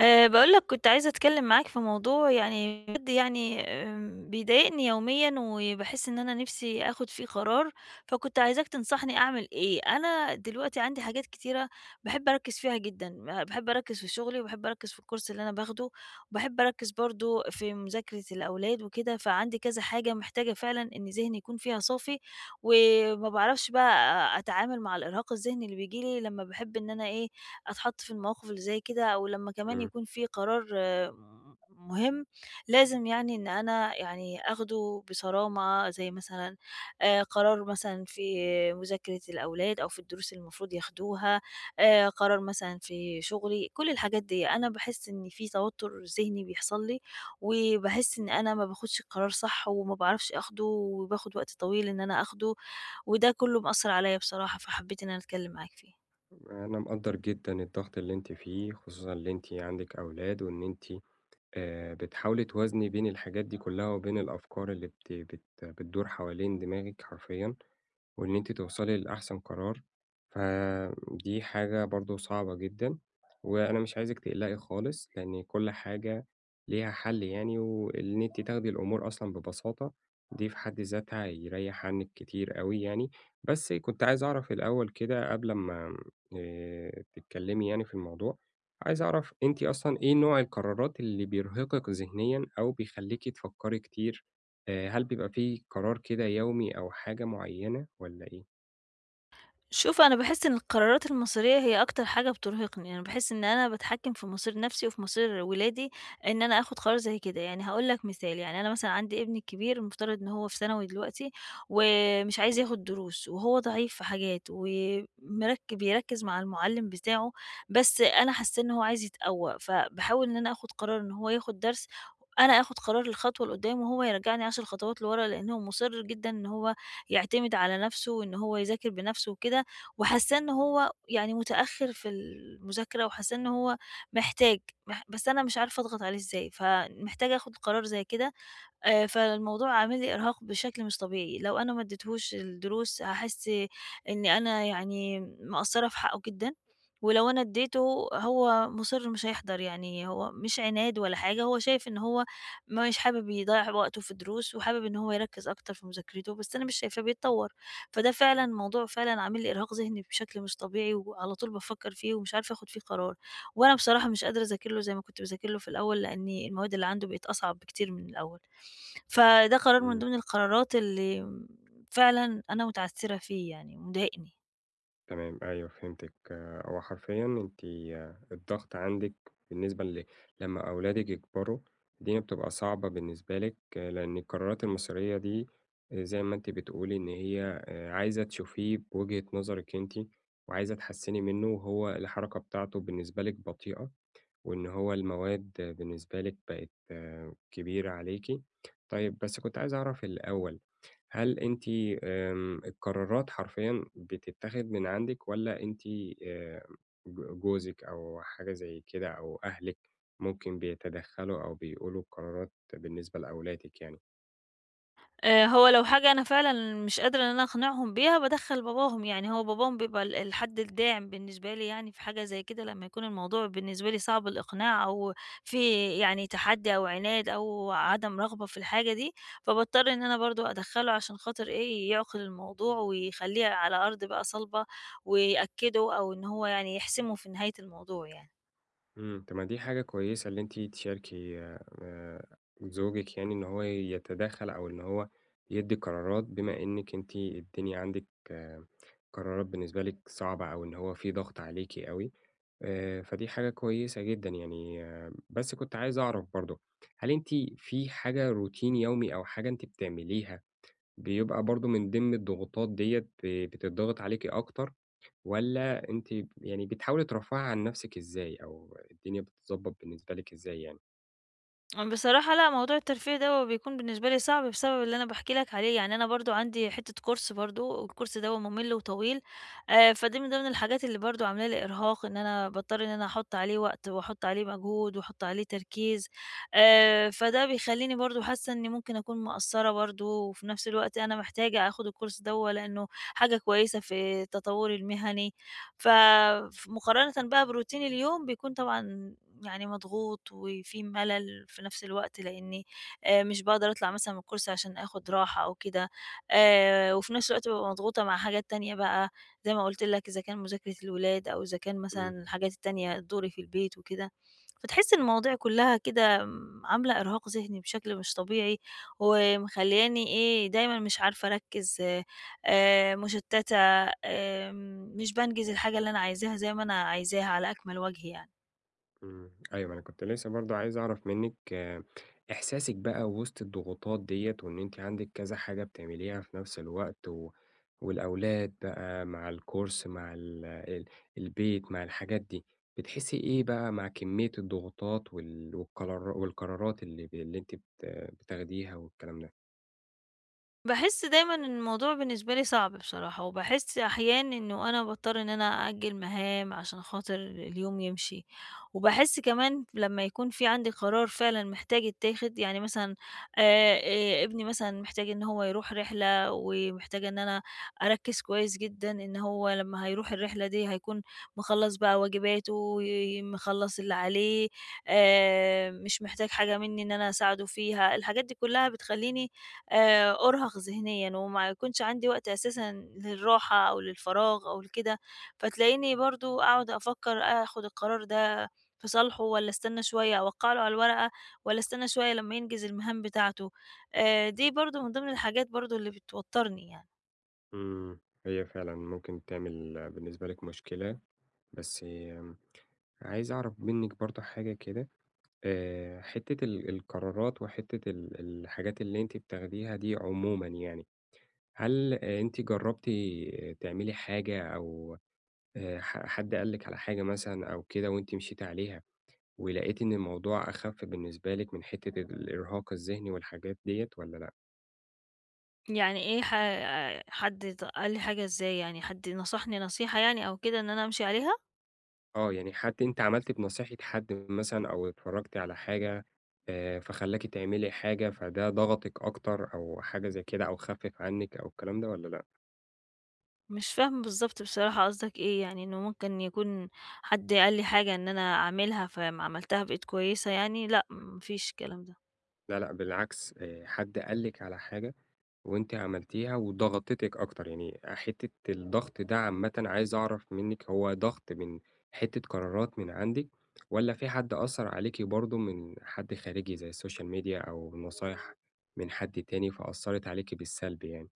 باقول لك كنت عايزة أتكلم معاك في موضوع يعني بجد يعني بيضايقني يوميًا وباحس إن أنا نفسي آخد فيه قرار، فكنت عايزاك تنصحني أعمل إيه؟ أنا دلوقتي عندي حاجات كتيرة باحب أركّز فيها جدًا، باحب أركّز في شغلي وباحب أركّز في الكورس اللي أنا باخده، وباحب أركّز برضه في مذاكرة الأولاد وكده، فعندي كذا حاجة محتاجة فعلًا إن ذهني يكون فيها صافي، وما باعرفش بقى أتعامل مع الإرهاق الذهني اللي بييجي لي لمّا باحب إن أنا إيه، أتحط في المواقف اللي زي كده، أو لمّا كمان إمم. يكون في قرار مهم، لازم يعني إن أنا يعني آخده بصرامة، زي مثلًا قرار مثلًا في مذاكرة الأولاد أو في الدروس اللي المفروض ياخدوها، قرار مثلًا في شغلي، كل الحاجات دي. أنا باحس إن في توتر ذهني بيحصل لي، وباحس إن أنا ما باخدش القرار صح وما باعرفش آخده، وباخد وقت طويل إن أنا آخده، وده كله مأثّر عليّا بصراحة، فحبيت إن أنا أتكلم معاك فيه. أنا مقدّر جدًا الضغط اللي أنتِ فيه، خصوصًا اللي أنتِ عندِك أولاد وإن أنتِ بتحاولي توازني بين الحاجات دي كُلّها وبين الأفكار اللي بت بت بتدور حوالين دماغِك حرفيًا. وإن أنتِ توصلي لأحسن قرار، فدي حاجة برضه صعبة جدًا، وأنا مش عايزِك تقلقي خالص، لإن كل حاجة ليها حل يعني، وإن أنتِ تاخدي الأمور أصلًا ببساطة دي في حد ذاتها هيريّح عنِّك كتير أوي يعني. بس كنت عايز أعرف الأول كده قبل أمّا تتكلّمي يعني في الموضوع، عايز أعرف أنتِ أصلًا إيه نوع القرارات اللي بيرهقِك ذهنيًا أو بيخلّيكِ تفكّري كتير، هل بيبقى في قرار كده يومي أو حاجة معيّنة والّا إيه؟ شوف أنا باحس إن القرارات المصيرية هي أكتر حاجة بترهقني، أنا باحس إن أنا باتحكم في مصير نفسي وفي مصير ولادي، إن أنا آخد قرار زي كده، يعني هاقول لك مثال، يعني أنا مثلًا عندي ابني الكبير المفترض إن هو في ثانوي دلوقتي، ومش عايز ياخد دروس، وهو ضعيف في حاجات، ومرك بيركز مع المُعلِّم بتاعه، بس أنا حاسة إن هو عايز يتقوّى، فباحاول إن أنا آخد قرار إن هو ياخد درس، أنا آخد قرار الخطوة لقدّام، وهو يرجعني 10 خطوات لورا، لإن هو مُصِر جدًا إن هو يعتمد على نفسه، وإن هو يذاكر بنفسه وكده. وحاساه إن هو يعني متأخّر في المذاكرة وحاساه إن هو محتاج، بس أنا مش عارفة أضغط عليه إزاي، فمحتاجة آخُد قرار زي كده فالموضوع عامل لي إرهاق بشكل مش طبيعي، لو أنا ما اديتهوش الدروس هاحس إني أنا يعني مقصّرة في حقه جدًا، ولو أنا اديته هو مُصِر مش هيحضر، يعني هو مش عناد ولا حاجة، هو شايف إن هو مش حابب يضيّع وقته في الدروس وحابب إن هو يركّز أكتر في مذاكرته، بس أنا مش شايفاه بيتطوّر، فده فعلًا موضوع فعلًا عامل لي إرهاق ذهني بشكل مش طبيعي، وعلى طول بافكّر فيه ومش عارفة آخُد فيه قرار، وأنا بصراحة مش قادرة أذاكر له زي ما كنت باذاكر له في الأول، لإن المواد اللي عنده بقت أصعب بكتير من الأول. فده قرار من إمم. ضمن القرارات اللي فعلًا أنا متعثّرة فيه يعني ومضايقني. تمام، أيوه فهمتِك. آه، هو حرفيًا أنتِ الضغط عندِك بالنسبة لمّا أولادِك يكبروا، الدنيا بتبقى صعبة بالنسبة لِك، آه، لإن القرارات المصيرية دي زي ما أنتِ بتقولي إن هي عايزة تشوفيه بوجهة نظرِك أنتِ وعايزة تحسّني منه وهو الحركة بتاعته بالنسبة لِك بطيئة. وإن هو المواد بالنسبة لِك بقت آه، كبيرة عليكِ. طيب بس كنت عايز أعرف الأول، هل أنتِ القرارات حرفيًا بتتاخد من عندِك والّا أنتِ آآ جوزِك أو حاجة زي كده أو أهلِك ممكن بيتدخّلوا أو بيقولوا القرارات بالنسبة لأولادِك يعني؟ هو لو حاجة أنا فعلًا مش قادرة إن أنا أقنعهم بيها بادخّل باباهم، يعني هو باباهم بيبقى الحد الداعم بالنسبة لي يعني في حاجة زي كده لمّا يكون الموضوع بالنسبة لي صعب الإقناع أو في يعني تحدّي أو عناد أو عدم رغبة في الحاجة دي، فباضطر إن أنا برضه أدخّله عشان خاطر إيه، يعقل الموضوع ويخلّيه على أرض بقى صلبة ويأكّده أو إن هو يعني يحسمه في نهاية الموضوع يعني. إمم. طب ما دي حاجة كويسة اللي أنتِ تشاركي زوجِك يعني إن هو يتدخّل أو إن هو يدّي قرارات، بما إنِّك أنتِ الدنيا عندِك آه، قرارات بالنسبة لِك صعبة أو إن هو في ضغط عليكِ أوي، فدي حاجة كويسة جدًا يعني. آه، بس كنت عايز أعرف برضه، هل أنتِ في حاجة روتين يومي أو حاجة أنتِ بتعمليها بيبقى برضه من ضمن الضغوطات ديّة بتضغط عليكِ أكتر؟ والّا أنتِ يعني بتحاولي ترفّهي عن نَفْسِك إزاي أو الدنيا بتتضبّط بالنسبة لِك إزاي يعني؟ بصراحة لأ، موضوع الترفيه دوّة بيكون بالنسبة لي صعب بسبب اللي أنا باحكي لك عليه، يعني أنا برضه عندي حتّة كورس برضه، والكورس دوّة مُمِل وطويل، فدي من ضمن الحاجات اللي برضه عاملة لي إرهاق، إن أنا باضطر إن أنا أحُط عليه وقت وأحُط عليه مجهود وأحُط عليه تركيز، فده بيخلّيني برضه حاسة إني ممكن أكون مقصّرة برضه، وفي نفس الوقت أنا محتاجة آخُد الكورس دوّة لإنه حاجة كويسة في تطوّري المهني. ف فمقارنة بقى بروتين اليوم بيكون طبعًا يعني مضغوط وفي ملل في نفس الوقت، لإني مش باقدر أطلع مثلًا من الكرسي عشان آخد راحة أو كده، وفي نفس الوقت بابقى مضغوطة مع حاجات تانية بقى زي ما قُلت لك إذا كان مذاكرة الولاد أو إذا كان إمم، مثلًا الحاجات التانية دوري في البيت وكده، فتحس إن المواضيع كلها كده عاملة إرهاق ذهني بشكل مش طبيعي، ومخلّياني إيه دايمًا مش عارفة أركّز مُشتّتة، مش بانجز الحاجة اللي أنا عايزاها زي ما أنا عايزاها على أكمل وجه يعني. إمم، أيوه، ما أنا كنت لسه برضه عايز أعرف منِّك آه، إحساسِك بقى وِسط الضغوطات ديّة وإن أنتِ عندِك كذا حاجة بتعمليها في نَفْس الوقت و والأولاد بقى مع الcourse مع ال ال البيت مع الحاجات دي، بتحسّي إيه بقى مع كمية الضغوطات والقرار والقرارات اللي أنتِ بتاخديها والكلام ده؟ باحس دايمًا إن الموضوع بالنسبة لي صعب بصراحة، وباحس أحيان إنه أنا باضطر إن أنا أأجّل مهام عشان خاطر اليوم يمشي، وباحس كمان لمّا يكون في عندي قرار فعلًا محتاج يتاخد، يعني مثلًا آآ، ابني مثلًا محتاج إن هو يروح رحلة، ومحتاجة إن أنا أركّز كويس جدًا إن هو لمّا هيروح الرحلة دي هيكون مخلّص بقى واجباته، مخلّص اللي عليه، مش محتاج حاجة مني إن أنا أساعده فيها، الحاجات دي كلها بتخلّيني أُرهق ذهنيًا وما يكونش عندي وقت أساسًا للراحة أو للفراغ أو لكده، فتلاقيني برضه أقعد أفكّر آخُد القرار ده في صالحه والّا أستنى شوية أوقّع له على الورقة والّا أستنى شوية لمّا ينجز المهام بتاعته، دي برضه من ضمن الحاجات برضه اللي بتوتّرني يعني. إمم، هي فعلًا ممكن تعمل بالنسبة لِك مشكلة، بس عايز أعرف منِّك برضه حاجة كده، حتّة القرارات وحتّة الحاجات اللي أنتِ بتاخديها دي عمومًا يعني، هل آه، أنتِ جرّبتِ تعملي حاجة أو حد قال لِك على حاجة مثلًا أو كده وأنتِ مشيتِ عليها ولقيتِ إن الموضوع أخَف بالنسبة لِك من حتّة الإرهاق الذهني والحاجات ديّة والّا لأ؟ يعني إيه حد قال لي حاجة إزاي يعني، حد نصحني نصيحة يعني أو كده إن أنا أمشي عليها؟ آه، يعني حد أنتِ عملتِ بنصيحة حد مثلًا أو اتفرّجتِ على حاجة، فخلّاكِ تعملي حاجة، فده ضغطِك أكتر أو حاجة زي كده أو خفِّف عنِّك أو الكلام ده والّا لأ؟ مش فاهمة بالضبط بصراحة قصدك إيه، يعني إنه ممكن يكون حد قال لي حاجة إن أنا أعملها، فاهم عملتها بقيت كويسة يعني؟ لأ، ما فيش الكلام ده. لا، لأ بالعكس، حد قال لِك على حاجة وأنتِ عملتيها وضغطتِك أكتر، يعني حتّة الضغط ده عامةً عايز أعرف منِّك هو ضغط من حتّة قرارات من عندِك والّا في حد أثّر عليكِ برضه من حد خارجي زي السوشيال ميديا أو نصايح من حد تاني فأثّرت عليكِ بالسلب يعني؟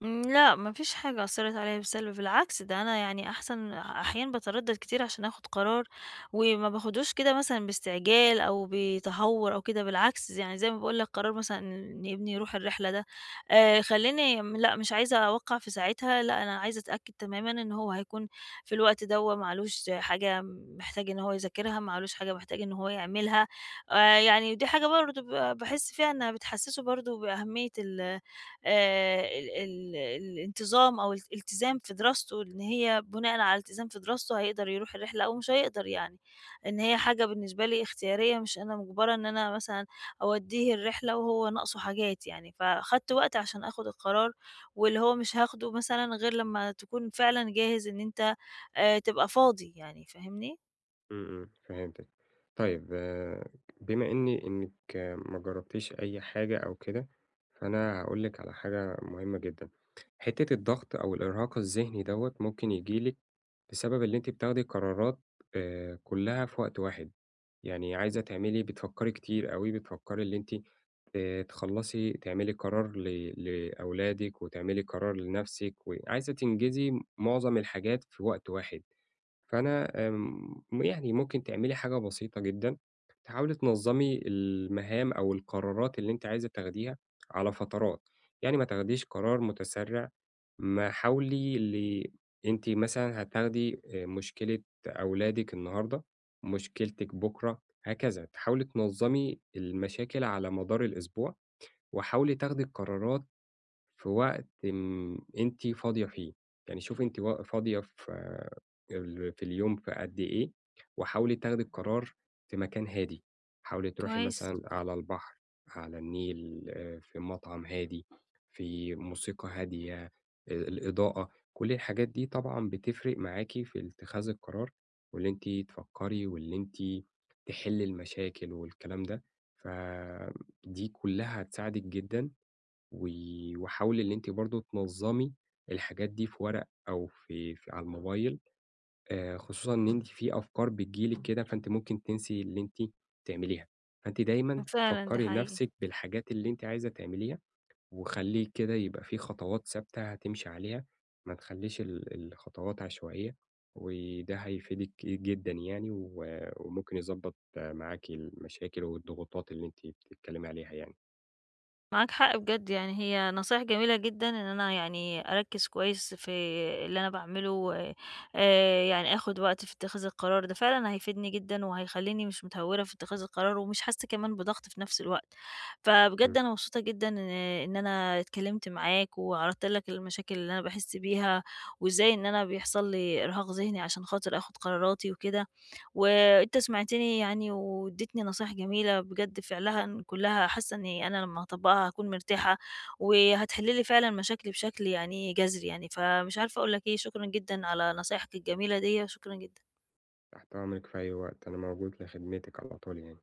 إمم، لأ، ما فيش حاجة أثّرت عليَّ بالسلب، بالعكس ده أنا يعني أحسن أحيانًا باتردد كتير عشان آخد قرار، وما باخدوش كده مثلًا باستعجال أو بتهور أو كده، بالعكس يعني زي ما باقول لك قرار مثلًا إن ابني يروح الرحلة ده خلّاني لأ، مش عايزة أوقّع في ساعتها، لأ، أنا عايزة أتأكد تمامًا إن هو هيكون في الوقت دوّة ما علوش حاجة محتاج إن هو يذاكرها، ما علوش حاجة محتاج إن هو يعملها، يعني دي حاجة برضه باحس فيها إنها بتحسسه برضه بأهمية آآ ال ال الانتظام أو الالتزام في دراسته، إن هي بناءً على الالتزام في دراسته هيقدر يروح الرحلة أو مش هيقدر يعني، إن هي حاجة بالنسبة لي اختيارية مش أنا مُجبرة إن أنا مثلًا أودّيه الرحلة وهو ناقصه حاجات يعني، فخدت وقت عشان آخُد القرار، واللي هو مش هاخده مثلًا غير لمّا تكون فعلًا جاهز إن أنت تبقى فاضي يعني، فاهمني؟ إمم، إمم، فهمتِك. طيب بما إنِّك آه، ما جرّبتيش أي حاجة أو كده، فأنا هاقول لِك على حاجة مهمة جدًا. حتّة الضغط أو الإرهاق الذهني دوّة ممكن ييجي لِك بسبب اللي أنتِ بتاخدي قرارات، كُلّها في وقت واحد. يعني عايزة تعملي بتفكّري كتير أوي، بتفكّري اللي أنتِ تخلّصي تعملي قرار لأولادِك وتعملي قرار لنَفْسِك، وعايزة تنجزي معظم الحاجات في وقت واحد. فأنا يعني ممكن تعملي حاجة بسيطة جدًا، تحاولي تنظّمي المهام أو القرارات اللي أنتِ عايزة تاخديها على فترات، يعني ما تاخديش قرار متسرع، ما حاولي اللي أنتِ مثلًا هتاخدي مشكلة أولادِك النهارده، مشكلتِك بُكرة، هكذا. تحاولي تنظّمي المشاكل على مدار الأسبوع، وحاولي تاخدي القرارات في وقت م أنتِ فاضية فيه، يعني شوفي أنتِ و فاضية في في اليوم في قد إيه، وحاولي تاخدي القرار في مكان هادي، حاولي تروحي كويس. مثلًا على البحر، على النيل، آه، في مطعم هادي، في موسيقى هادية، الإضاءة، كل الحاجات دي طبعًا بتفرق معاكِ في اتخاذ القرار، واللي أنتِ تفكّري واللي أنتِ تحلّي المشاكل والكلام ده، فدي كلّها هتساعدِك جدًا. و وحاولي اللي أنتِ برضه تنظّمي الحاجات دي في ورق أو في على الموبايل، خصوصًا إن أنتِ في أفكار بتيجي لِك كده، فأنتِ ممكن تنسي اللي أنتِ تعمليها، فأنتِ دايمًا فعلًا، ده فكّري حقيقي. نَفْسِك بالحاجات اللي أنتِ عايزة تعمليها، وخلّي كده يبقى في خطوات ثابتة هتمشي عليها، ما تخلّيش الخطوات عشوائية، وده هيفيدِك جدًا يعني، وممكن يضبّط معاكِ المشاكل والضغوطات اللي أنتِ بتتكلمي عليها يعني. معاك حق بجد يعني هي نصايح جميلة جدًا إن أنا يعني أركّز كويس في اللي أنا باعمله و يعني آخُد وقت في اتخاذ القرار ده فعلًا هيفيدني جدًا وهيخلّيني مش متهوّرة في اتخاذ القرار ومش حاسّة كمان بضغط في نفس الوقت، فبجد إمم. أنا مبسوطة جدًا إن أنا اتكلّمت معاك وعرضت لك المشاكل اللي أنا باحس بيها وإزاي إن أنا بيحصل لي إرهاق ذهني عشان خاطر آخُد قراراتي وكده. وأنت سمعتني يعني واديتني نصايح جميلة بجد فعلها كلها حاسة إني أنا لما هاطبّقها هاكون مرتاحة، وهتحل لي فعلًا مشاكلي بشكل يعني جذري يعني، فمش عارفة أقول لك إيه، شكرًا جدًا على نصايحك الجميلة ديّة، شكرًا جدًا. تحت أمرِك في أي وقت، أنا موجود لخدمتِك على طول يعني.